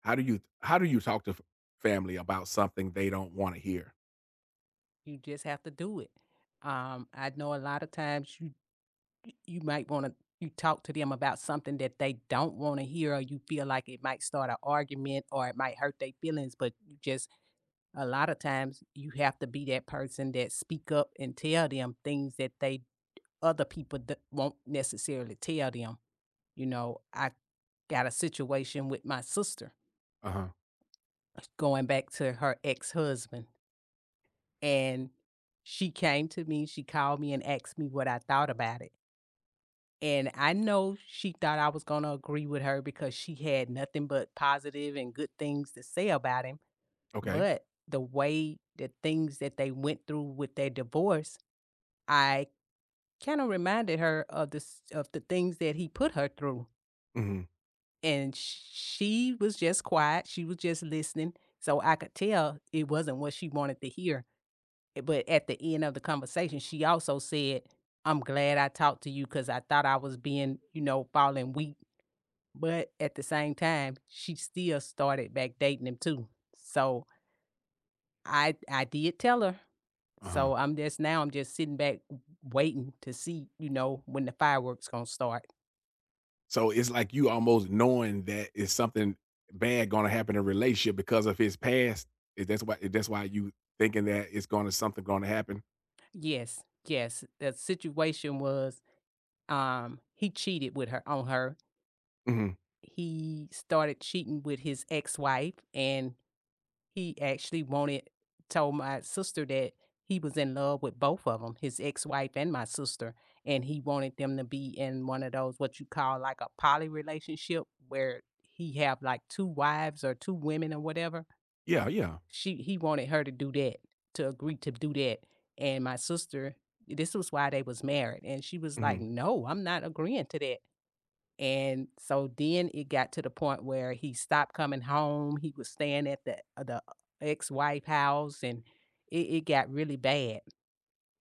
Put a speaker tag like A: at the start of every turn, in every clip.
A: How do you talk to f family about something they don't wanna hear?
B: You just have to do it. I know a lot of times you might want to you talk to them about something that they don't want to hear, or you feel like it might start an argument, or it might hurt their feelings. But you just a lot of times you have to be that person that speak up and tell them things that they other people won't necessarily tell them. You know, I got a situation with my sister,
A: Uh-huh.
B: going back to her ex husband. And she came to me, she called me and asked me what I thought about it. And I know she thought I was gonna agree with her because she had nothing but positive and good things to say about him.
A: Okay.
B: But the way the things that they went through with their divorce, I kind of reminded her of the s of the things that he put her through.
A: Mhm.
B: And she was just quiet, she was just listening, so I could tell it wasn't what she wanted to hear. But at the end of the conversation, she also said, "I'm glad I talked to you because I thought I was being, you know, falling weak." But at the same time, she still started back dating him too. So I did tell her.
A: Uh-huh.
B: So I'm just sitting back waiting to see, you know, when the fireworks gonna start.
A: So, it's like you almost knowing that it's something bad gonna happen in a relationship because of his past. Is that's why you thinking that it's gonna something gonna happen?
B: Yes, yes. The situation was he cheated with her on her.
A: Mhm.
B: He started cheating with his ex-wife and he actually wanted told my sister that he was in love with both of them, his ex-wife and my sister, and he wanted them to be in one of those, what you call, like, a poly relationship where he have, like, 2 wives or 2 women or whatever.
A: Yeah, yeah.
B: She He wanted her to do that, to agree to do that, and my sister this was why they was married, and she was like,
A: Mhm.
B: "No, I'm not agreeing to that." And so then it got to the point where he stopped coming home. He was staying at the ex-wife house and it got really bad.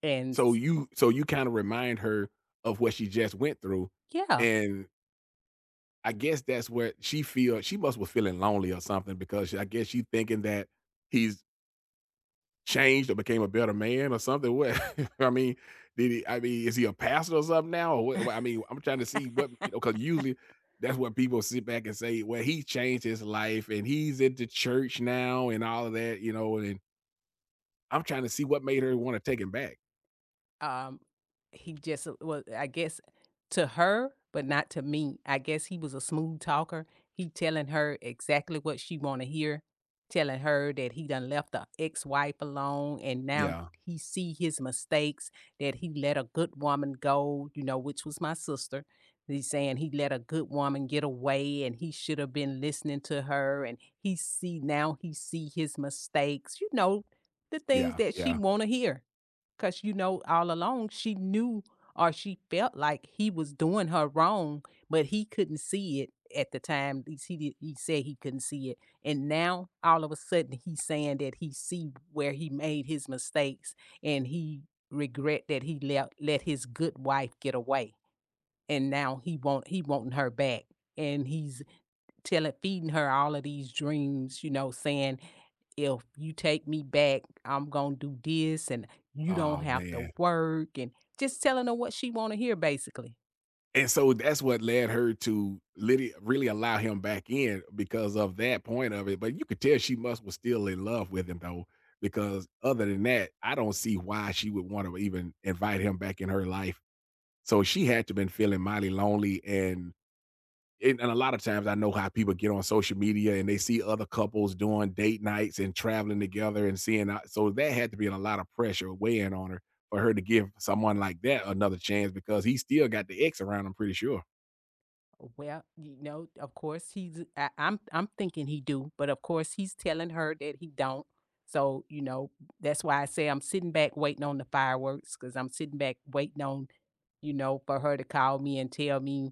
B: And
A: So you so you kinda remind her of what she just went through,
B: yeah,
A: and I guess that's where she feel she must was feeling lonely or something because I guess she thinking that he's changed or became a better man or something? What I mean, did he? I mean, is he a pastor or something now? Or what, I mean, I'm trying to see what you know because usually that's what people sit back and say. Well, he changed his life and he's into church now and all of that, you know. And I'm trying to see what made her want to take him back.
B: um, he just was, I guess, to her, but not to me. I guess he was a smooth talker. He telling her exactly what she want to hear, telling her that he done left the ex-wife alone, and now
A: Yeah,
B: he see his mistakes, that he let a good woman go. You know, which was my sister. He's saying he let a good woman get away, and he should have been listening to her. And he see now he see his mistakes. You know, the things
A: yeah,
B: that she
A: yeah.
B: want to hear. 'Cause, you know, all along she knew or she felt like he was doing her wrong, but he couldn't see it at the time. At least he did he said he couldn't see it. And now all of a sudden he's saying that he see where he made his mistakes and he regret that he let let his good wife get away. And now he wanting her back. And he's telling feeding her all of these dreams, you know, saying if you take me back, I'm gonna do this and you don't
A: Oh
B: have
A: man.
B: to work and just telling her what she wanna hear basically.
A: And so that's what led her to litty really allow him back in because of that point of it, but you could tell she must was still in love with him though, because other than that, I don't see why she would want to even invite him back in her life. So she had to been feeling mighty lonely and and, a lot of times I know how people get on social media and they see other couples doing date nights and traveling together and seeing out- so that had to be a lot of pressure weighing on her for her to give someone like that another chance because he still got the ex around, I'm pretty sure.
B: Well, you know, of course he's I'm thinking he do, but of course he's telling her that he don't. So, you know, that's why I say I'm sitting back waiting on the fireworks because I'm sitting back waiting on, you know, for her to call me and tell me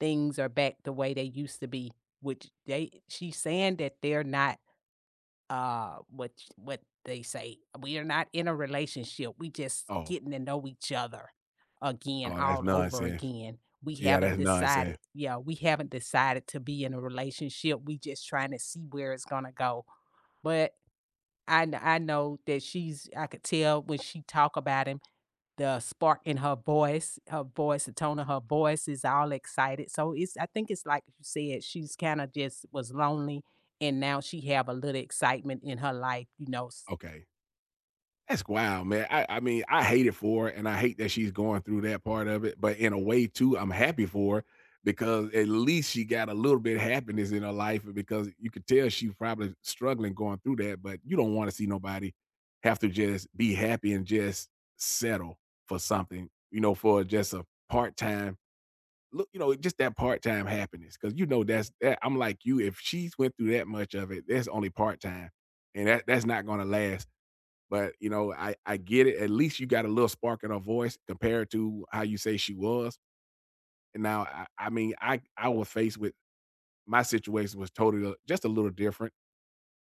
B: things are back the way they used to be, which they she's saying that they're not. What they say, we are not in a relationship, we just
A: Oh.
B: getting to know each other again
A: Oh, that's
B: all over
A: nonsense.
B: again. We
A: Yeah,
B: haven't
A: that's
B: decided,
A: nonsense.
B: yeah, we haven't decided to be in a relationship, we just trying to see where it's gonna go. But I know that she's I could tell when she talk about him, the spark in her voice, the tone of her voice is all excited. So it's I think it's like you said, she's kind of just was lonely and now she have a little excitement in her life, you know.
A: Okay. That's wild, man. I mean, I hate it for her, and I hate that she's going through that part of it, but in a way too, I'm happy for her because at least she got a little bit of happiness in her life because you could tell she's probably struggling going through that, but you don't wanna see nobody have to just be happy and just settle for something, you know, for just a part-time look, you know, just that part time happiness because you know that's that. I'm like you. If she's went through that much of it, that's only part time, and that's not going to last. But you know, I get it. At least you got a little spark in her voice compared to how you say she was. And now, I mean, I was faced with my situation was totally just a little different.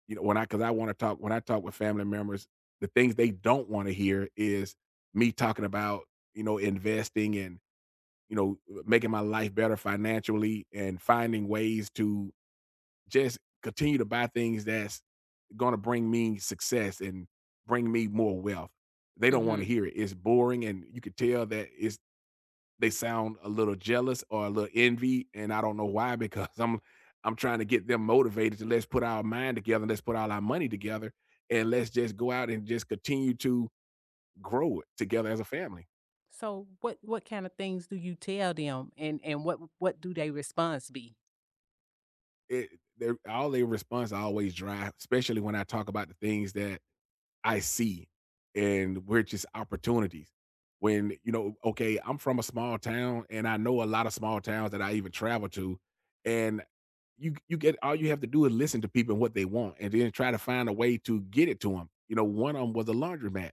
A: You know, when I because I want to talk when I talk with family members, the things they don't want to hear is me talking about you know investing you know, making my life better financially and finding ways to just continue to buy things that's going to bring me success and bring me more wealth. They don't want to
B: Mhm.
A: hear it. It's boring and you could tell that it's they sound a little jealous or a little envy and I don't know why because I'm trying to get them motivated to let's put our mind together, let's put all our money together and let's just go out and just continue to grow it together as a family.
B: So what kind of things do you tell them and what do they response be?
A: It their all their response always dry, especially when I talk about the things that I see and we're just opportunities. When you know, okay, I'm from a small town and I know a lot of small towns that I even travel to, and you get all you have to do is listen to people and what they want and then try to find a way to get it to them. You know, one of them was a laundromat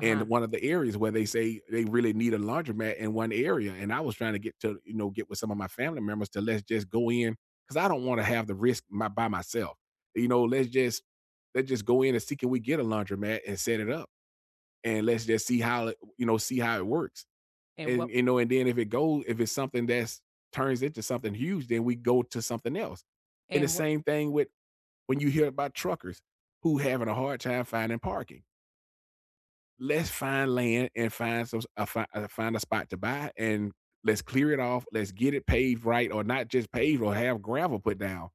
A: and one of the areas where they say they really need a laundromat in one area. And I was trying to get to, you know, get with some of my family members to let's just go in because I don't want to have the risk my, by myself. You know, let's just go in and see can we get a laundromat and set it up and let's just see how it, you know see how it works.
B: And
A: And
B: what
A: you know, and then if it goes, if it's something that's turns into something huge, then we go to something else. And the
B: and what.
A: same thing with when you hear about truckers who having a hard time finding parking let's find land and find some find, find a spot to buy and let's clear it off let's get it paved right or not just paved or have gravel put down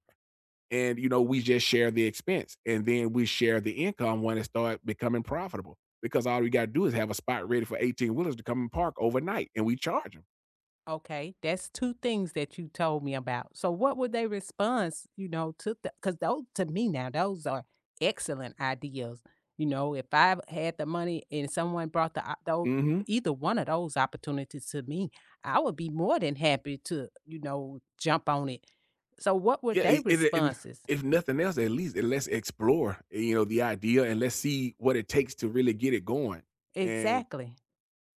A: and you know we just share the expense and then we share the income when it starts becoming profitable because all we got to do is have a spot ready for 18 wheelers to come and park overnight and we charge them.
B: Okay, that's 2 things that you told me about. So what would they response, you know, to the because those to me now, those are excellent ideas. You know, if I had the money and someone brought the those
A: Mm-hmm.
B: either one of those opportunities to me, I would be more than happy to, you know, jump on it. So what were
A: Yeah
B: they
A: it, and
B: responses?
A: if nothing else at least let's explore you know the idea and let's see what it takes to really get it going and
B: Exactly.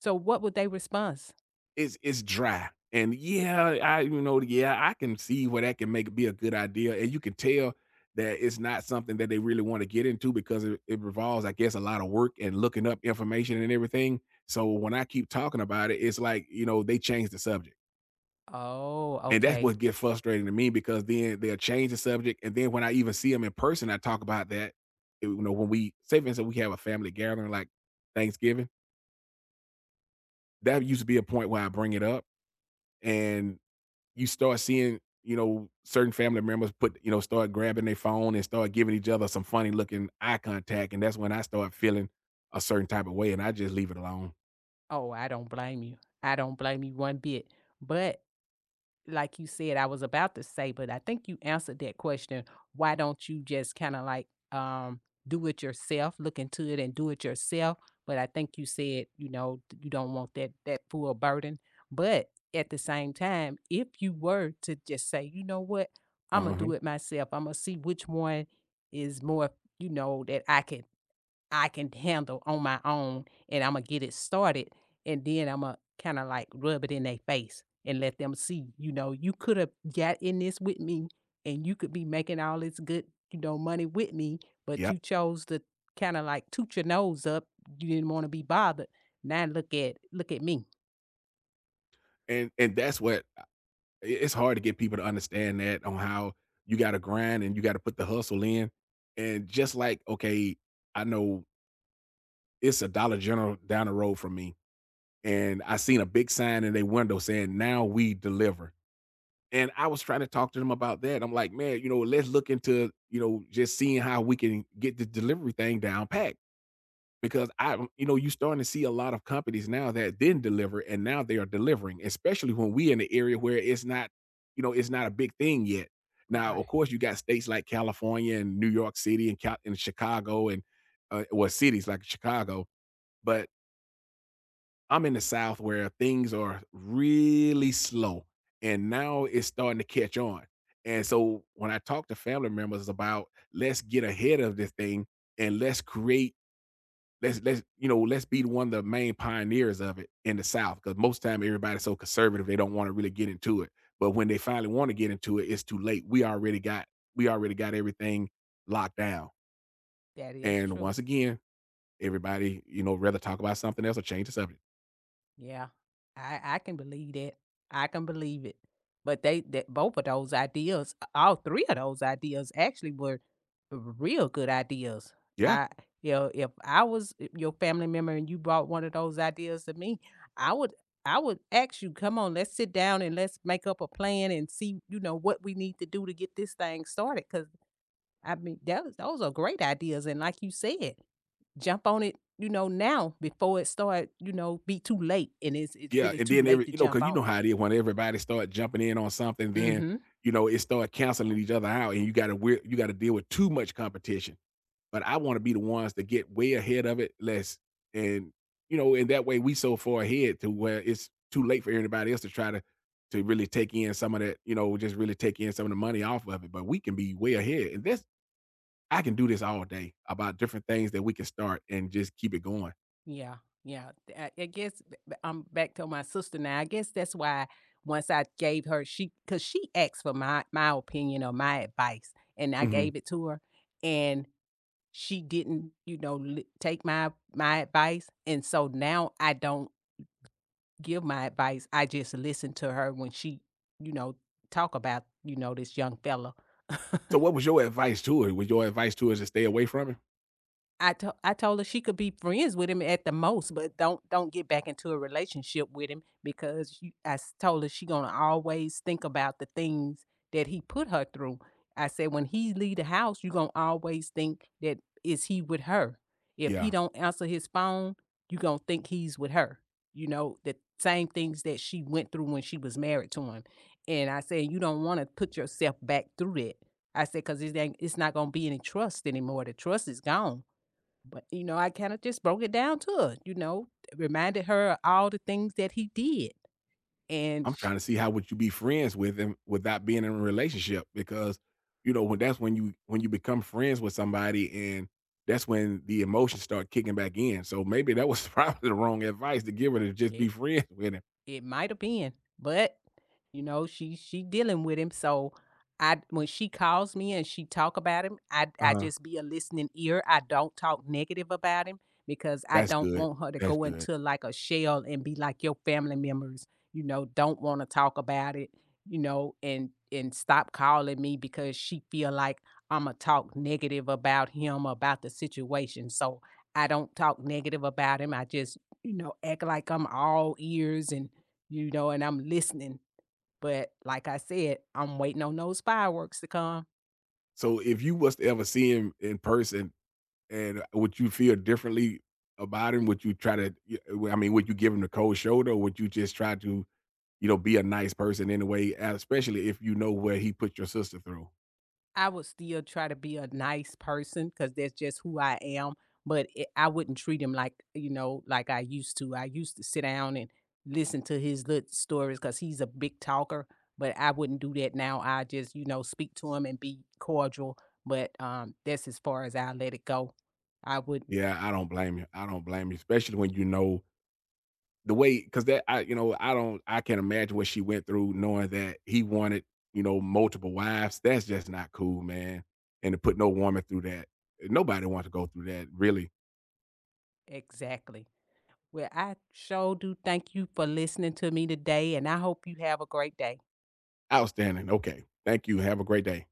B: So what would they response?
A: it's dry. And yeah, I you know, yeah, I can see where that can make be a good idea. And you can tell that it's not something that they really want to get into because it revolves, I guess, a lot of work and looking up information and everything. So when I keep talking about it, it's like, you know, they change the subject.
B: "Oh,
A: And that's
B: okay.
A: what gets frustrating to me because then they'll change the subject. And then when I even see them in person, I talk about that. You know, when we say for instance, we have a family gathering like Thanksgiving, that used to be a point where I bring it up. And you start seeing, you know, certain family members put, you know, start grabbing their phone and start giving each other some funny looking eye contact. And that's when I start feeling a certain type of way and I just leave it alone.
B: Oh, I don't blame you. I don't blame you one bit." But like you said, I was about to say, but I think you answered that question. Why don't you just kind of like do it yourself, look into it and do it yourself? But I think you said, you know, you don't want that full burden. But at the same time, if you were to just say, you know what, I'm gonna
A: Uh-huh.
B: do it myself. I'm gonna see which one is more, you know, that I can handle on my own, and Imma get it started, and then Imma kinda, like, rub it in their face and let them see, you know, "You coulda got in this with me, and you could be making all this good, you know, money with me, but you
A: Yep.
B: chose to kinda, like, toot your nose up. You didn't wanna be bothered. Now look at me."
A: And that's what it's hard to get people to understand that on how you gotta grind and you gotta put the hustle in. And just like, okay, I know it's a Dollar General down the road from me. And I seen a big sign in their window saying, now we deliver. And I was trying to talk to them about that. I'm like, "Man, you know, let's look into, you know, just seeing how we can get the delivery thing down pat." Because I you know, you're starting to see a lot of companies now that didn't deliver and now they are delivering, especially when we in the area where it's not, you know, it's not a big thing yet. Now, of
B: Right.
A: course, you got states like California and New York City and and Chicago and well, cities like Chicago, but I'm in the South where things are really slow, and now it's starting to catch on. And so when I talk to family members about let's get ahead of this thing and let's create, let's you know let's be one of the main pioneers of it in the South because most time everybody's so conservative they don't want to really get into it. But when they finally want to get into it, it's too late. We already got everything locked down.
B: That is
A: And
B: true.
A: once again, everybody you know rather talk about something else or change the subject.
B: Yeah, I can believe that. I can believe it. But they that both of those ideas, all three of those ideas actually were real good ideas.
A: Yeah.
B: I You know, if I was your family member and you brought one of those ideas to me, I would I would ask you, come on, let's sit down and let's make up a plan and see, you know, what we need to do to get this thing started. Cause I mean, that was, those are great ideas. And like you said, jump on it, you know, now before it start, you know, be too late and it's
A: Yeah,
B: really
A: and
B: too
A: then
B: late
A: every
B: to
A: you know,
B: jump
A: cause you know
B: on it.
A: how it is when everybody start jumping in on something, then,
B: Mhm.
A: you know, it start canceling each other out, and you gotta deal with too much competition. But I wanna be the ones to get way ahead of it less and, you know, and that way we so far ahead to where it's too late for everybody else to try to really take in some of that, you know, just really take in some of the money off of it, but we can be way ahead, and this I can do this all day about different things that we can start and just keep it going.
B: Yeah. Yeah. I guess I'm back to my sister now. I guess that's why once I gave her she cuz she asked for my opinion or my advice and I
A: Mhm.
B: gave it to her, and she didn't, you know, take my advice, and so now I don't give my advice. I just listen to her when she, you know, talk about, you know, this young fella.
A: So what was your advice to it? Was your advice to us to stay away from it?
B: I told her she could be friends with him at the most, but don't get back into a relationship with him because you told her she gonna always think about the things that he put her through. I said, when he leave the house, you gonna always think that is he with her. If he
A: Yeah.
B: don't answer his phone, you gonna think he's with her. You know, the same things that she went through when she was married to him. And I said, you don't wanna put yourself back through that. I said, cause it's not gonna be any trust anymore. The trust is gone, but, you know, I kinda just broke it down to her, you know, reminded her of all the things that he did, and
A: I'm
B: sh
A: trying to see how would you be friends with him without being in a relationship because, you know, when that's when you become friends with somebody and that's when the emotions start kicking back in. So maybe that was probably the wrong advice to give her to just
B: it
A: be friends with him.
B: it might have been, but, you know, she dealing with him, so I when she calls me and she talk about him, I
A: Uh-huh.
B: just be a listening ear. I don't talk negative about him because I
A: That's
B: don't
A: good.
B: want her to
A: That's
B: go
A: good.
B: into, like, a shell and be like your family members, you know, don't wanna talk about it, you know, and stop calling me because she feel like Imma talk negative about him, about the situation, so I don't talk negative about him. I just, you know, act like I'm all ears and you know, and I'm listening. But like I said, I'm waiting on those fireworks to come.
A: So if you was to ever see him in person and would you feel differently about him? Would you try to I mean, would you give him the cold shoulder or would you just try to you know, be a nice person anyway, especially if you know what he put your sister through.
B: I would still try to be a nice person because that's just who I am. But it, I wouldn't treat him like, you know, like I used to. I used to sit down and listen to his little stories because he's a big talker. But I wouldn't do that now. I just, you know, speak to him and be cordial. But that's as far as I let it go. I wouldn't
A: Yeah, I don't blame you. I don't blame you, especially when you know the way because that I you know, I can not imagine what she went through knowing that he wanted, you know, multiple wives. That's just not cool, man. And to put no woman through that. Nobody wants to go through that, really.
B: exactly. Well, I sure do thank you for listening to me today, and I hope you have a great day.
A: Outstanding. Okay. Thank you. Have a great day.